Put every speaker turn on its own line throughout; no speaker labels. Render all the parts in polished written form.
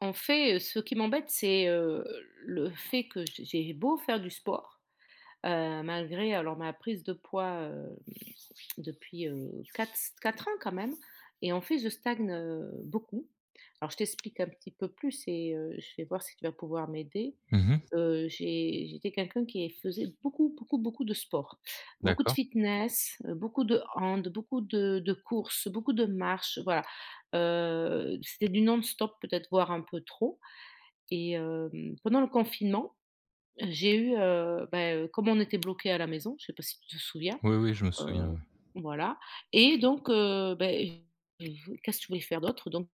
En fait, ce qui m'embête, c'est, le fait que j'ai beau faire du sport, malgré alors ma prise de poids, depuis, 4 ans quand même et en fait je stagne, beaucoup. Alors je t'explique un petit peu plus et je vais voir si tu vas pouvoir m'aider.
Mmh mh.
J'étais quelqu'un qui faisait beaucoup, beaucoup, beaucoup de sport. Beaucoup de
D'accord.
fitness, beaucoup de hand, beaucoup de courses, beaucoup de marches, voilà. C'était du non-stop peut-être voire un peu trop et pendant le confinement j'ai eu, bah, comme on était bloqué à la maison, je sais pas si tu te souviens,
Oui, oui, je me souviens,
heu,
ouais.
voilà. Et donc beh, qu'est-ce que je voulais faire d'autre? Donc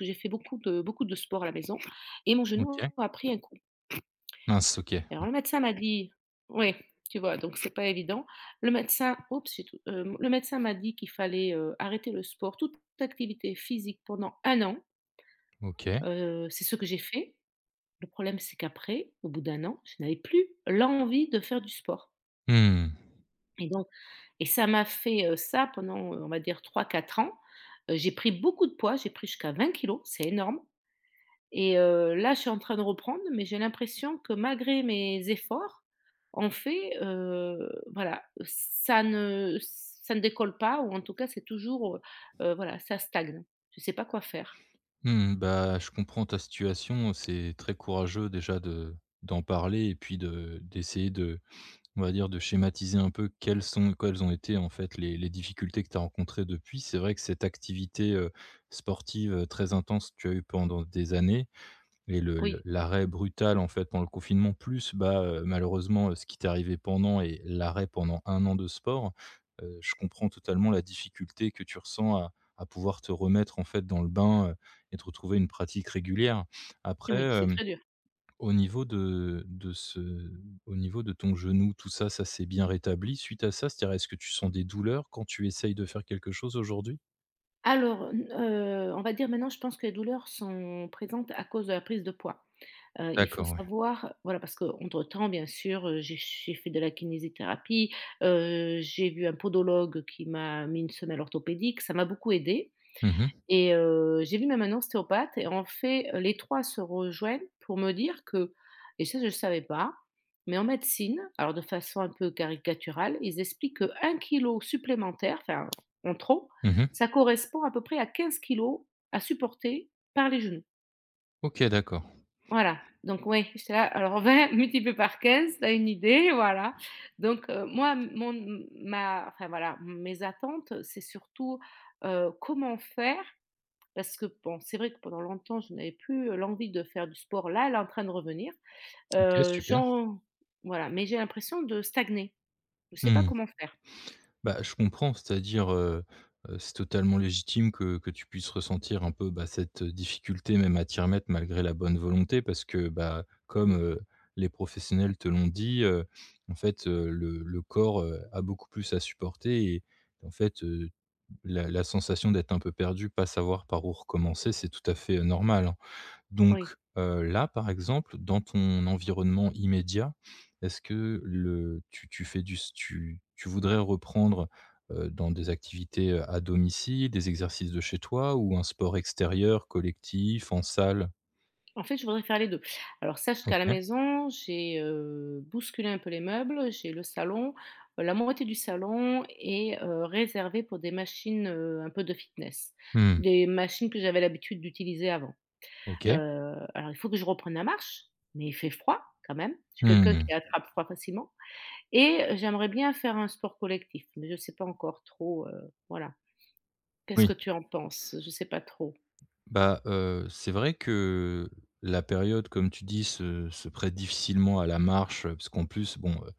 j'ai fait beaucoup de sport à la maison et mon
OK.
genou a pris un coup.
Mince, OK.
Alors le médecin m'a dit oui, tu vois? Donc c'est pas évident. Le médecin oups, j'ai tout, hem, Le médecin m'a dit qu'il fallait, arrêter le sport, toute activité physique pendant un an.
OK.
C'est ce que j'ai fait. Le problème, c'est qu'après, au bout d'un an, je n'avais plus l'envie de faire du sport
Mmh.
et donc. Et ça m'a fait, ça pendant, on va dire trois quatre ans. J'ai pris beaucoup de poids, j'ai pris jusqu'à 20 kilos, c'est énorme et là, je suis en train de reprendre, mais j'ai l'impression que malgré mes efforts, en fait, voilà, ça ne décolle pas ou en tout cas, c'est toujours, voilà, ça stagne. Je ne sais pas quoi faire.
Mmh, bah, je comprends ta situation. C'est très courageux déjà de d'en parler et puis de d'essayer de, on va dire, de schématiser un peu quelles ont été en fait les difficultés que tu as rencontrées depuis. C'est vrai que cette activité, sportive, très intense que tu as eu pendant des années, et le
Oui,
l'arrêt brutal, en fait, pendant le confinement, plus, bah, malheureusement, ce qui t'est arrivé pendant et l'arrêt pendant un an de sport, je comprends totalement la difficulté que tu ressens à pouvoir te remettre, en fait, dans le bain, et te retrouver une pratique régulière. Après,
oui, c'est très dur.
au niveau de de ce au niveau de ton genou, tout ça, ça s'est bien rétabli suite à ça? C'est-à-dire, est-ce que tu sens des douleurs quand tu essayes de faire quelque chose aujourd'hui?
Alors, n on va dire maintenant, je pense que les douleurs sont présentes à cause de la prise de poids. Il faut
D'accord, ouais.
savoir, voilà, parce qu'entre-temps, bien sûr, j'ai fait de la kinésithérapie, j'ai vu un podologue qui m'a mis une semelle orthopédique, ça m'a beaucoup aidé,
Mmh mh.
et j'ai vu même un ostéopathe et en fait, les 3 se rejoignent pour me dire que et ça, je ne savais pas, mais en médecine, alors de façon un peu caricaturale, ils expliquent qu'1 kilo supplémentaire, enfin, en trop,
Mmh,
ça correspond à peu près à 15 kilos à supporter par les genoux.
OK, d'accord.
Voilà, donc oui. J'étais là, alors 20 multiplié par 15, t'as une idée, voilà. Donc, moi, mon ma enfin voilà, mes attentes, c'est surtout, comment faire? Parce que bon, c'est vrai que pendant longtemps, je n'avais plus, l'envie de faire du sport. Là, elle est en train de revenir.
OK, super.
J'en Voilà, mais j'ai l'impression de stagner. Je ne sais pas
Mmh.
comment faire.
Bah, je comprends, c'est-à-dire, c'est totalement légitime que tu puisses ressentir un peu, bah, cette difficulté même à t'y remettre malgré la bonne volonté parce que, bah, comme,
Oui,
les professionnels te l'ont dit, en fait, le corps, a beaucoup plus à supporter, et en fait, la sensation d'être un peu perdu, pas savoir par où recommencer, c'est tout à fait, normal, hein. Donc,
oui.
là, par exemple, dans ton environnement immédiat, est-ce que le tu tu fais du s tu tu voudrais reprendre, dans des activités, à domicile, des exercices de chez toi ou un sport extérieur, collectif, en salle?
En fait, je voudrais faire les 2. Alors sache qu'à la
OK.
maison, j'ai, bousculé un peu les meubles, j'ai le salon, la moitié du salon est, réservée pour des machines, un peu de fitness.
Mmh.
Des machines que j'avais l'habitude d'utiliser avant. Heu,
OK.
alors il faut que je reprenne la marche, mais il fait froid quand même. Je suis quelqu'un
Mmh.
qui attrape froid facilement et j'aimerais bien faire un sport collectif, mais je ne sais pas encore trop, voilà. Qu'est-ce
Oui.
que tu en penses? Je ne sais pas trop.
Bah, c'est vrai que la période, comme tu dis, se prête difficilement à la marche, parce qu'en plus, bon,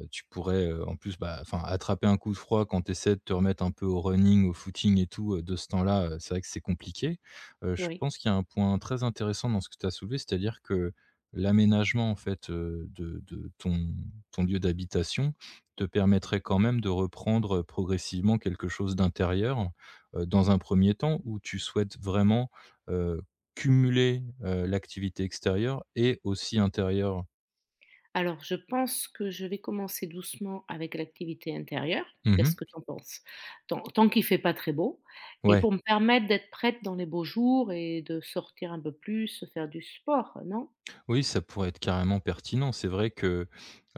tu pourrais, en plus, bah, enfin, attraper un coup de froid quand tu essaies de te remettre un peu au running, au footing et tout, de ce temps-là, c'est vrai que c'est compliqué. Je
Oui.
pense qu'il y a un point très intéressant dans ce que tu as soulevé, c'est-à-dire que l'aménagement, en fait, de ton lieu d'habitation te permettrait quand même de reprendre progressivement quelque chose d'intérieur, dans un premier temps où tu souhaites vraiment heu, cumuler, l'activité extérieure et aussi intérieure.
Alors, je pense que je vais commencer doucement avec l'activité intérieure.
Mmh.
Qu'est-ce que tu en penses? Tant qu'il fait pas très beau et
Ouais,
pour me permettre d'être prête dans les beaux jours et de sortir un peu plus, faire du sport, non?
oui, ça pourrait être carrément pertinent. C'est vrai que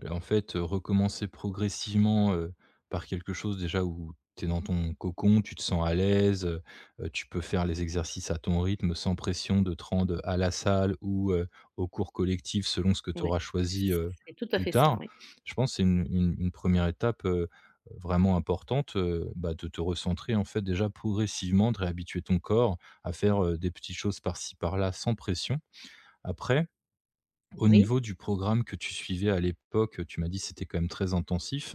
En fait, recommencer progressivement, par quelque chose déjà où tu es dans ton cocon, tu te sens à l'aise, tu peux faire les exercices à ton rythme sans pression de te rendre à la salle ou, aux cours collectifs selon ce que tu
Oui.
auras choisi,
C'est tout à
plus
fait ça,
tard.
oui.
Je pense que c'est une 1 étape, vraiment importante, bah, de te recentrer en fait déjà progressivement, de réhabituer ton corps à faire, des petites choses par-ci par-là sans pression. Après, au
Oui.
niveau du programme que tu suivais à l'époque, tu m'as dit que c'était quand même très intensif.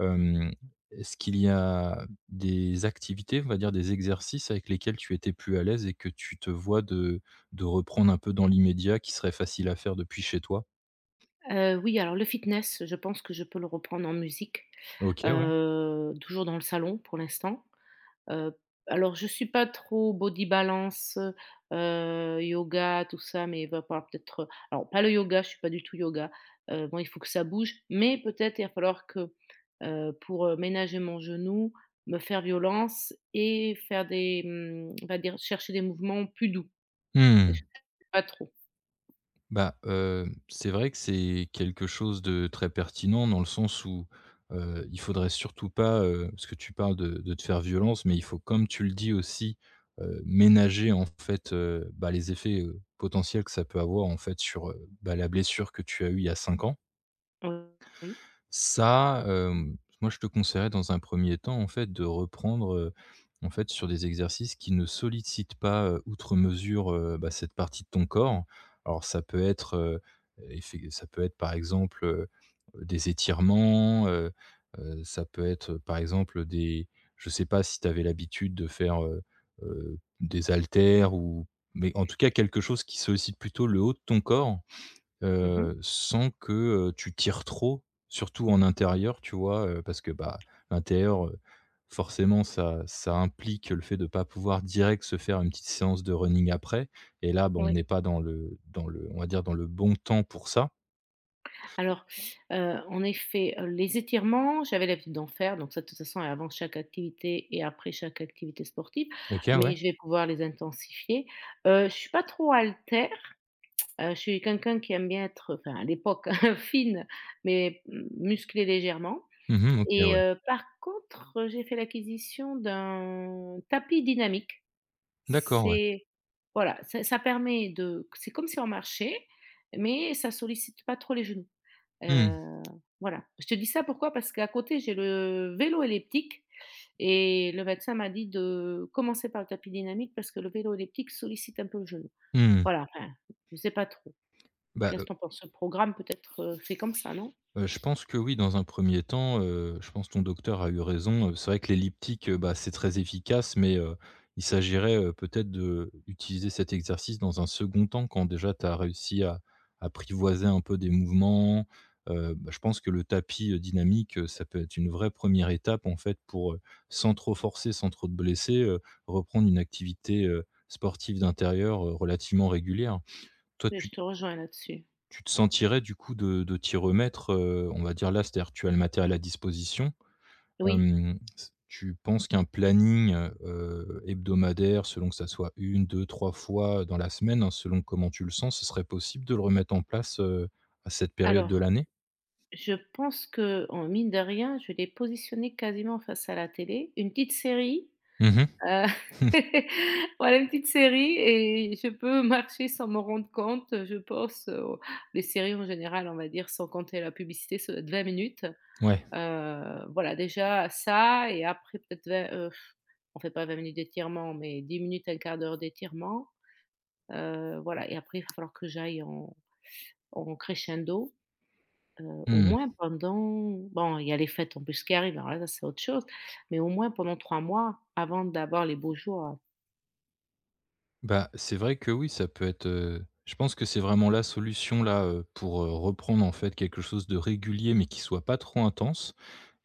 Hem, Est-ce qu'il y a des activités, on va dire des exercices avec lesquels tu étais plus à l'aise et que tu te vois de reprendre un peu dans l'immédiat, qui serait facile à faire depuis chez toi?
Oui, alors le fitness, je pense que je peux le reprendre en musique,
OK, ouais.
toujours dans le salon pour l'instant. Heu, alors je suis pas trop body balance, yoga, tout ça, mais il va falloir peut-être alors pas le yoga, je suis pas du tout yoga, bon il faut que ça bouge, mais peut-être il va falloir que, pour, ménager mon genou, me faire violence et faire des, on va dire chercher des mouvements plus doux et
Mmh.
je sais pas trop.
Bah, c'est vrai que c'est quelque chose de très pertinent dans le sens où, il faudrait surtout pas, parce que tu parles de te faire violence, mais il faut, comme tu le dis aussi, ménager en fait, bah, les effets, potentiels que ça peut avoir en fait sur, bah, la blessure que tu as eue il y a 5 ans.
Oui.
Ça, moi je te conseillerais dans un premier temps, en fait, de reprendre, en fait, sur des exercices qui ne sollicitent pas, outre mesure, bah, cette partie de ton corps. Alors ça peut être, effet ça peut être par exemple, des étirements, ça peut être, par exemple, des je sais pas si tu avais l'habitude de faire, des haltères, ou mais en tout cas quelque chose qui sollicite plutôt le haut de ton corps.
Mmh mh.
Sans que, tu tires trop, surtout en intérieur, tu vois? Parce que, bah, l'intérieur, forcément ça implique le fait de ne pas pouvoir direct se faire une petite séance de running après, et là, bah, on
Ouais.
n'est pas dans le on va dire dans le bon temps pour ça.
Alors, en effet, les étirements, j'avais l'habitude d'en faire, donc ça, de toute façon, avant chaque activité et après chaque activité sportive,
OK, ouais.
mais je vais pouvoir les intensifier. Je suis pas trop altère. Je suis quelqu'un qui aime bien être, enfin à l'époque, fine, mais m musclée légèrement
Mmh, OK,
et
ouais.
par contre, j'ai fait l'acquisition d'un tapis dynamique.
D'accord, ouais.
C'est Voilà, ça permet de c'est comme si on marchait, mais ça sollicite pas trop les genoux.
Mmh.
Heu, voilà. Je te dis ça pourquoi? Parce qu'à côté, j'ai le vélo elliptique et le médecin m'a dit de commencer par le tapis dynamique parce que le vélo elliptique sollicite un peu le genou.
Mmh.
Voilà, enfin, je sais pas trop.
Bah,
Qu'est-ce que tu en penses? Ce programme peut-être, fait comme ça, non?
Je pense que oui, dans un premier temps, je pense ton docteur a eu raison, c'est vrai que l'elliptique, bah, c'est très efficace, mais il s'agirait, peut-être, de utiliser cet exercice dans un second temps quand déjà tu as réussi à apprivoiser un peu des mouvements. Bah, je pense que le tapis, dynamique, ça peut être une vraie première étape en fait pour, sans trop forcer, sans trop te blesser, reprendre une activité, sportive d'intérieur, relativement régulière. Toi,
Mais je te rejoins là-dessus.
tu te sentirais du coup de t'y remettre, on va dire là, c'est-à-dire tu as le matériel à disposition.
Oui.
Hem, s Tu penses qu'un planning, hebdomadaire, selon que ça soit une, deux, trois fois dans la semaine, hein, selon comment tu le sens, ce serait possible de le remettre en place, à cette période de
Alors,
l'année?
je pense que, en mine de rien, je l'ai positionné quasiment face à la télé. Une petite série.
Mmh.
Heu, voilà une petite série et je peux marcher sans m'en rendre compte, je pense, les séries en général, on va dire, sans compter la publicité, ça doit être 20 minutes.
Ouais.
Voilà déjà ça et après peut-être 20, on fait pas 20 minutes d'étirement, mais 10 minutes, un quart d'heure d'étirement. Voilà et après il va falloir que j'aille en crescendo, au
Mmh.
moins pendant bon, il y a les fêtes en plus qui arrivent, alors là, ça c'est autre chose, mais au moins pendant 3 mois avant d'avoir les beaux jours.
Bah, c'est vrai que oui, ça peut être, je pense que c'est vraiment la solution là, pour, reprendre en fait quelque chose de régulier, mais qui soit pas trop intense,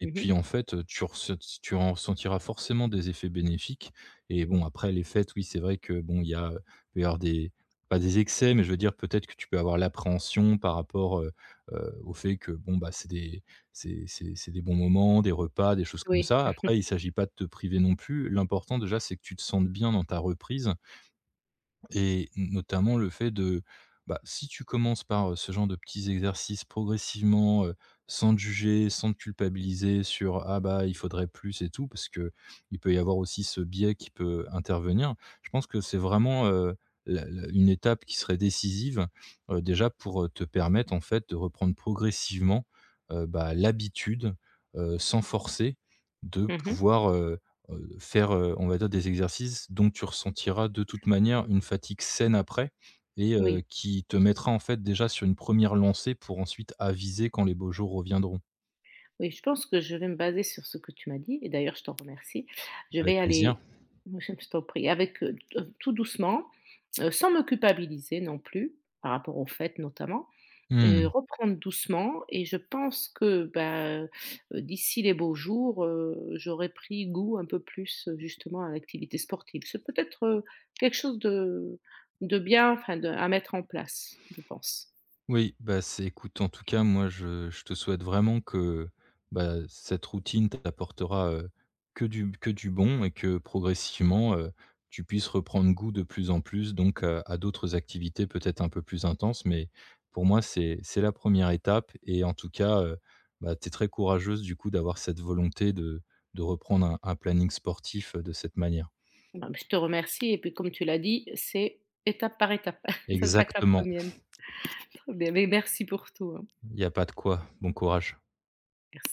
et puis
Mmh.
en fait, tu ressent si tu en ressentiras forcément des effets bénéfiques. Et bon, après les fêtes, oui, c'est vrai que bon, il y a, peut y avoir des pas des excès, mais je veux dire peut-être que tu peux avoir l'appréhension par rapport, au fait que bon, bah, c'est des bons moments, des repas, des choses comme
Oui.
ça. Après, il s'agit pas de te priver non plus. L'important déjà, c'est que tu te sentes bien dans ta reprise, et notamment le fait de, bah, si tu commences par, ce genre de petits exercices, progressivement, sans te juger, sans te culpabiliser sur: «Ah bah, il faudrait plus» et tout, parce que il peut y avoir aussi ce biais qui peut intervenir. Je pense que c'est vraiment, la la une étape qui serait décisive, déjà pour, te permettre en fait de reprendre progressivement, bah, l'habitude, sans forcer, de
Mmh.
pouvoir, faire, on va dire, des exercices dont tu ressentiras de toute manière une fatigue saine après, et
Oui,
qui te mettra en fait déjà sur une première lancée pour ensuite aviser quand les beaux jours reviendront.
oui, je pense que je vais me baser sur ce que tu m'as dit et d'ailleurs je t'en remercie. Je
Avec
vais
plaisir.
aller. Je t'en prie, avec, tout doucement, sans me culpabiliser non plus, par rapport aux fêtes notamment,
Mmh.
reprendre doucement et je pense que, bah, d'ici les beaux jours, j'aurai pris goût un peu plus, justement à l'activité sportive. C'est peut-être, quelque chose de bien, enfin de à mettre en place, je pense.
Oui, bah, c'est, écoute, en tout cas, moi, je te souhaite vraiment que, bah, cette routine t'apportera, que du bon, et que progressivement, tu puisses reprendre goût de plus en plus, donc à d'autres activités peut-être un peu plus intenses. Mais pour moi, c'est la première étape, et en tout cas, bah, tu es très courageuse du coup d'avoir cette volonté de reprendre un planning sportif, de cette manière.
Bah, je te remercie et puis comme tu l'as dit, c'est étape par étape. Ça sera que la
Exactement,
première. Très bien, mais merci pour tout, hein.
il y a pas de quoi. Bon courage.
Merci.